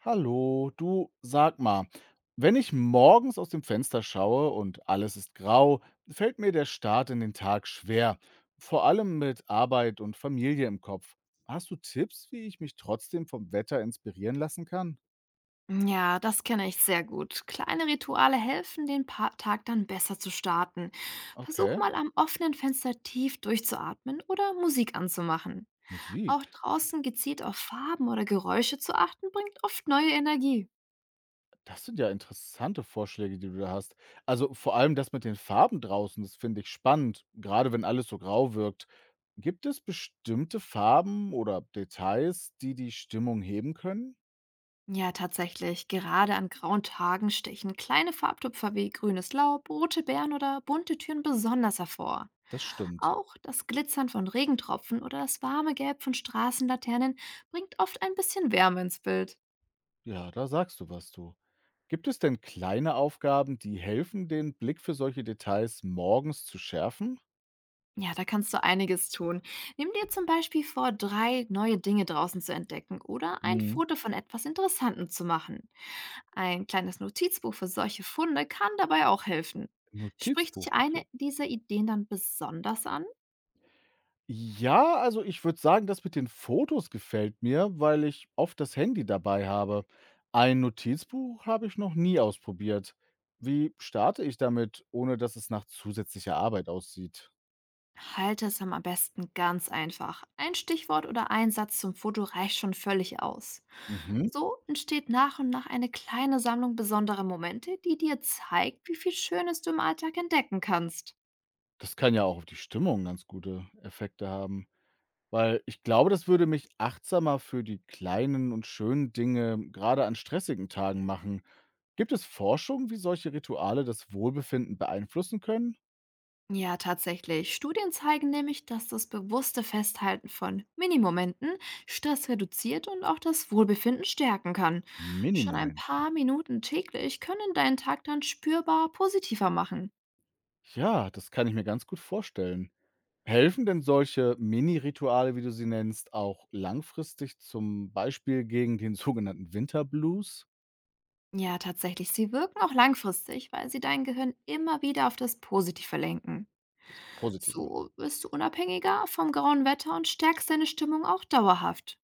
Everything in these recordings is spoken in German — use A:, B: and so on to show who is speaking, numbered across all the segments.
A: Hallo, du, sag mal, wenn ich morgens aus dem Fenster schaue und alles ist grau, fällt mir der Start in den Tag schwer, vor allem mit Arbeit und Familie im Kopf. Hast du Tipps, wie ich mich trotzdem vom Wetter inspirieren lassen kann?
B: Ja, das kenne ich sehr gut. Kleine Rituale helfen, den Tag dann besser zu starten. Versuch
A: Okay,
B: mal am offenen Fenster tief durchzuatmen oder Musik anzumachen. Auch
A: Musik.
B: draußen gezielt auf Farben oder Geräusche zu achten, bringt oft neue Energie.
A: Das sind ja interessante Vorschläge, die du da hast. Also vor allem das mit den Farben draußen, das finde ich spannend, gerade wenn alles so grau wirkt. Gibt es bestimmte Farben oder Details, die die Stimmung heben können?
B: Ja, tatsächlich. Gerade an grauen Tagen stechen kleine Farbtupfer wie grünes Laub, rote Beeren oder bunte Türen besonders hervor.
A: Das stimmt.
B: Auch das Glitzern von Regentropfen oder das warme Gelb von Straßenlaternen bringt oft ein bisschen Wärme ins Bild.
A: Ja, da sagst du was, du. Gibt es denn kleine Aufgaben, die helfen, den Blick für solche Details morgens zu schärfen?
B: Ja, da kannst du einiges tun. Nimm dir zum Beispiel vor, drei neue Dinge draußen zu entdecken oder ein
A: Mhm.
B: Foto von etwas Interessantem zu machen. Ein kleines Notizbuch für solche Funde kann dabei auch helfen. Sprich dich
A: Notizbuch,
B: eine
A: okay.
B: dieser Ideen dann besonders an?
A: Ja, also ich würde sagen, das mit den Fotos gefällt mir, weil ich oft das Handy dabei habe. Ein Notizbuch habe ich noch nie ausprobiert. Wie starte ich damit, ohne dass es nach zusätzlicher Arbeit aussieht?
B: Halte es am besten ganz einfach. Ein Stichwort oder ein Satz zum Foto reicht schon völlig aus.
A: Mhm.
B: So entsteht nach und nach eine kleine Sammlung besonderer Momente, die dir zeigt, wie viel Schönes du im Alltag entdecken kannst.
A: Das kann ja auch auf die Stimmung ganz gute Effekte haben. Weil ich glaube, das würde mich achtsamer für die kleinen und schönen Dinge gerade an stressigen Tagen machen. Gibt es Forschung, wie solche Rituale das Wohlbefinden beeinflussen können?
B: Ja, tatsächlich. Studien zeigen nämlich, dass das bewusste Festhalten von Minimomenten Stress reduziert und auch das Wohlbefinden stärken kann. Schon ein
A: Mini-Momente.
B: paar Minuten täglich können deinen Tag dann spürbar positiver machen.
A: Ja, das kann ich mir ganz gut vorstellen. Helfen denn solche Mini-Rituale, wie du sie nennst, auch langfristig zum Beispiel gegen den sogenannten Winterblues?
B: Ja, tatsächlich. Sie wirken auch langfristig, weil sie dein Gehirn immer wieder auf das Positive lenken.
A: Das Positive.
B: So wirst du unabhängiger vom grauen Wetter und stärkst deine Stimmung auch dauerhaft.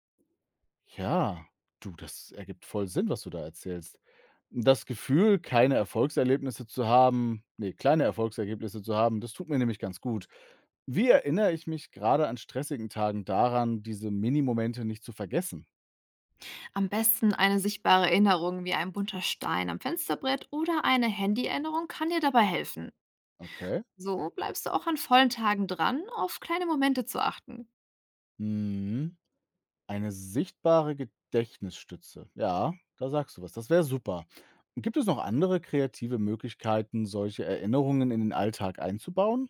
A: Ja, du, das ergibt voll Sinn, was du da erzählst. Das Gefühl, keine Erfolgserlebnisse zu haben nee, kleine Erfolgserlebnisse zu haben, das tut mir nämlich ganz gut. Wie erinnere ich mich gerade an stressigen Tagen daran, diese Minimomente nicht zu vergessen?
B: Am besten eine sichtbare Erinnerung wie ein bunter Stein am Fensterbrett oder eine Handy-Erinnerung kann dir dabei helfen.
A: Okay.
B: So bleibst du auch an vollen Tagen dran, auf kleine Momente zu achten.
A: Mhm. Eine sichtbare Gedächtnisstütze. Ja, da sagst du was. Das wäre super. Gibt es noch andere kreative Möglichkeiten, solche Erinnerungen in den Alltag einzubauen?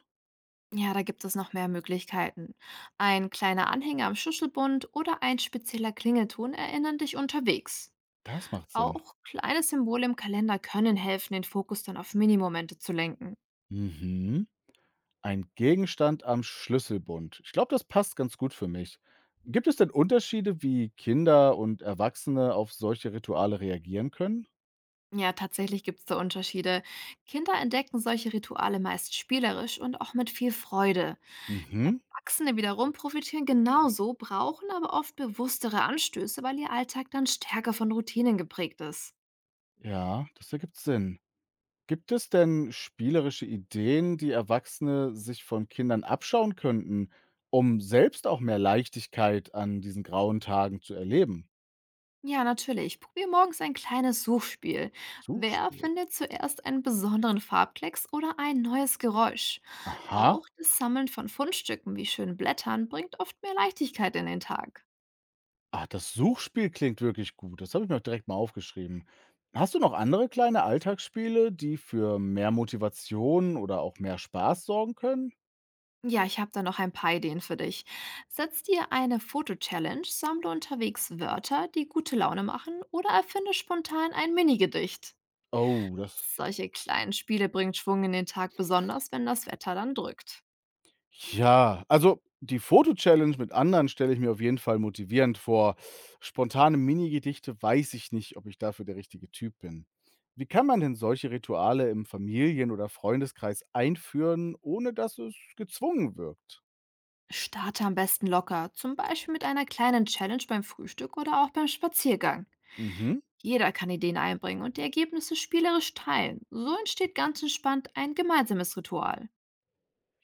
B: Ja, da gibt es noch mehr Möglichkeiten. Ein kleiner Anhänger am Schüsselbund oder ein spezieller Klingelton erinnern dich unterwegs.
A: Das macht Sinn.
B: Auch kleine Symbole im Kalender können helfen, den Fokus dann auf Minimomente zu lenken.
A: Mhm. Ein Gegenstand am Schlüsselbund. Ich glaube, das passt ganz gut für mich. Gibt es denn Unterschiede, wie Kinder und Erwachsene auf solche Rituale reagieren können?
B: Ja, tatsächlich gibt es da Unterschiede. Kinder entdecken solche Rituale meist spielerisch und auch mit viel Freude.
A: Mhm.
B: Erwachsene wiederum profitieren genauso, brauchen aber oft bewusstere Anstöße, weil ihr Alltag dann stärker von Routinen geprägt ist.
A: Ja, das ergibt Sinn. Gibt es denn spielerische Ideen, die Erwachsene sich von Kindern abschauen könnten, um selbst auch mehr Leichtigkeit an diesen grauen Tagen zu erleben?
B: Ja, natürlich. Probier morgens ein kleines Suchspiel. Wer
A: Suchspiel.
B: findet zuerst einen besonderen Farbklecks oder ein neues Geräusch?
A: Aha.
B: Auch das Sammeln von Fundstücken wie schönen Blättern bringt oft mehr Leichtigkeit in den Tag.
A: Ah, das Suchspiel klingt wirklich gut. Das habe ich mir auch direkt mal aufgeschrieben. Hast du noch andere kleine Alltagsspiele, die für mehr Motivation oder auch mehr Spaß sorgen können?
B: Ja, ich habe da noch ein paar Ideen für dich. Setz dir eine Foto-Challenge, sammle unterwegs Wörter, die gute Laune machen oder erfinde spontan ein Minigedicht.
A: Oh, das.
B: Solche kleinen Spiele bringen Schwung in den Tag, besonders wenn das Wetter dann drückt.
A: Ja, also die Foto-Challenge mit anderen stelle ich mir auf jeden Fall motivierend vor. Spontane Mini-Gedichte, weiß ich nicht, ob ich dafür der richtige Typ bin. Wie kann man denn solche Rituale im Familien- oder Freundeskreis einführen, ohne dass es gezwungen wirkt?
B: Starte am besten locker, zum Beispiel mit einer kleinen Challenge beim Frühstück oder auch beim Spaziergang.
A: Mhm.
B: Jeder kann Ideen einbringen und die Ergebnisse spielerisch teilen. So entsteht ganz entspannt ein gemeinsames Ritual.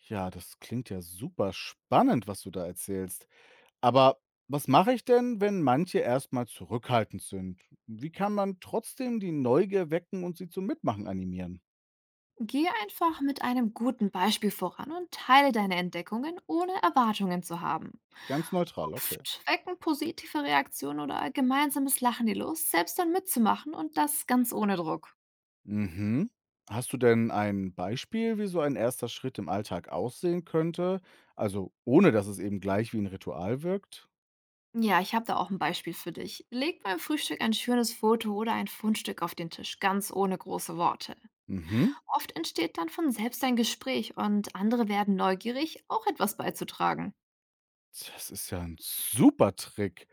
A: Ja, das klingt ja super spannend, was du da erzählst. Aber was mache ich denn, wenn manche erstmal zurückhaltend sind? Wie kann man trotzdem die Neugier wecken und sie zum Mitmachen animieren?
B: Geh einfach mit einem guten Beispiel voran und teile deine Entdeckungen, ohne Erwartungen zu haben.
A: Ganz neutral, okay.
B: Oft wecken positive Reaktionen oder gemeinsames Lachen die Lust, selbst dann mitzumachen und das ganz ohne Druck.
A: Mhm. Hast du denn ein Beispiel, wie so ein erster Schritt im Alltag aussehen könnte? Also ohne, dass es eben gleich wie ein Ritual wirkt?
B: Ja, ich habe da auch ein Beispiel für dich. Leg beim Frühstück ein schönes Foto oder ein Fundstück auf den Tisch, ganz ohne große Worte.
A: Mhm.
B: Oft entsteht dann von selbst ein Gespräch und andere werden neugierig, auch etwas beizutragen.
A: Das ist ja ein super Trick.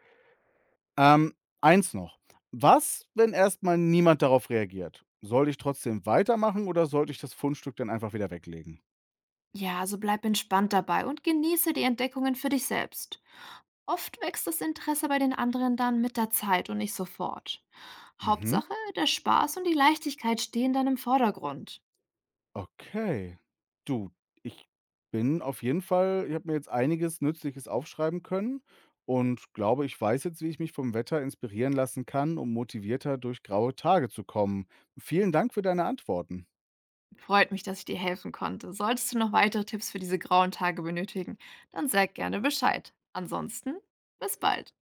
A: Ähm, eins noch. Was, wenn erstmal niemand darauf reagiert? Sollte ich trotzdem weitermachen oder sollte ich das Fundstück dann einfach wieder weglegen?
B: Ja, also bleib entspannt dabei und genieße die Entdeckungen für dich selbst. Oft wächst das Interesse bei den anderen dann mit der Zeit und nicht sofort.
A: Mhm.
B: Hauptsache, der Spaß und die Leichtigkeit stehen dann im Vordergrund.
A: Okay. Du, ich bin auf jeden Fall ich habe mir jetzt einiges Nützliches aufschreiben können und glaube, ich weiß jetzt, wie ich mich vom Wetter inspirieren lassen kann, um motivierter durch graue Tage zu kommen. Vielen Dank für deine Antworten.
B: Freut mich, dass ich dir helfen konnte. Solltest du noch weitere Tipps für diese grauen Tage benötigen, dann sag gerne Bescheid. Ansonsten, bis bald.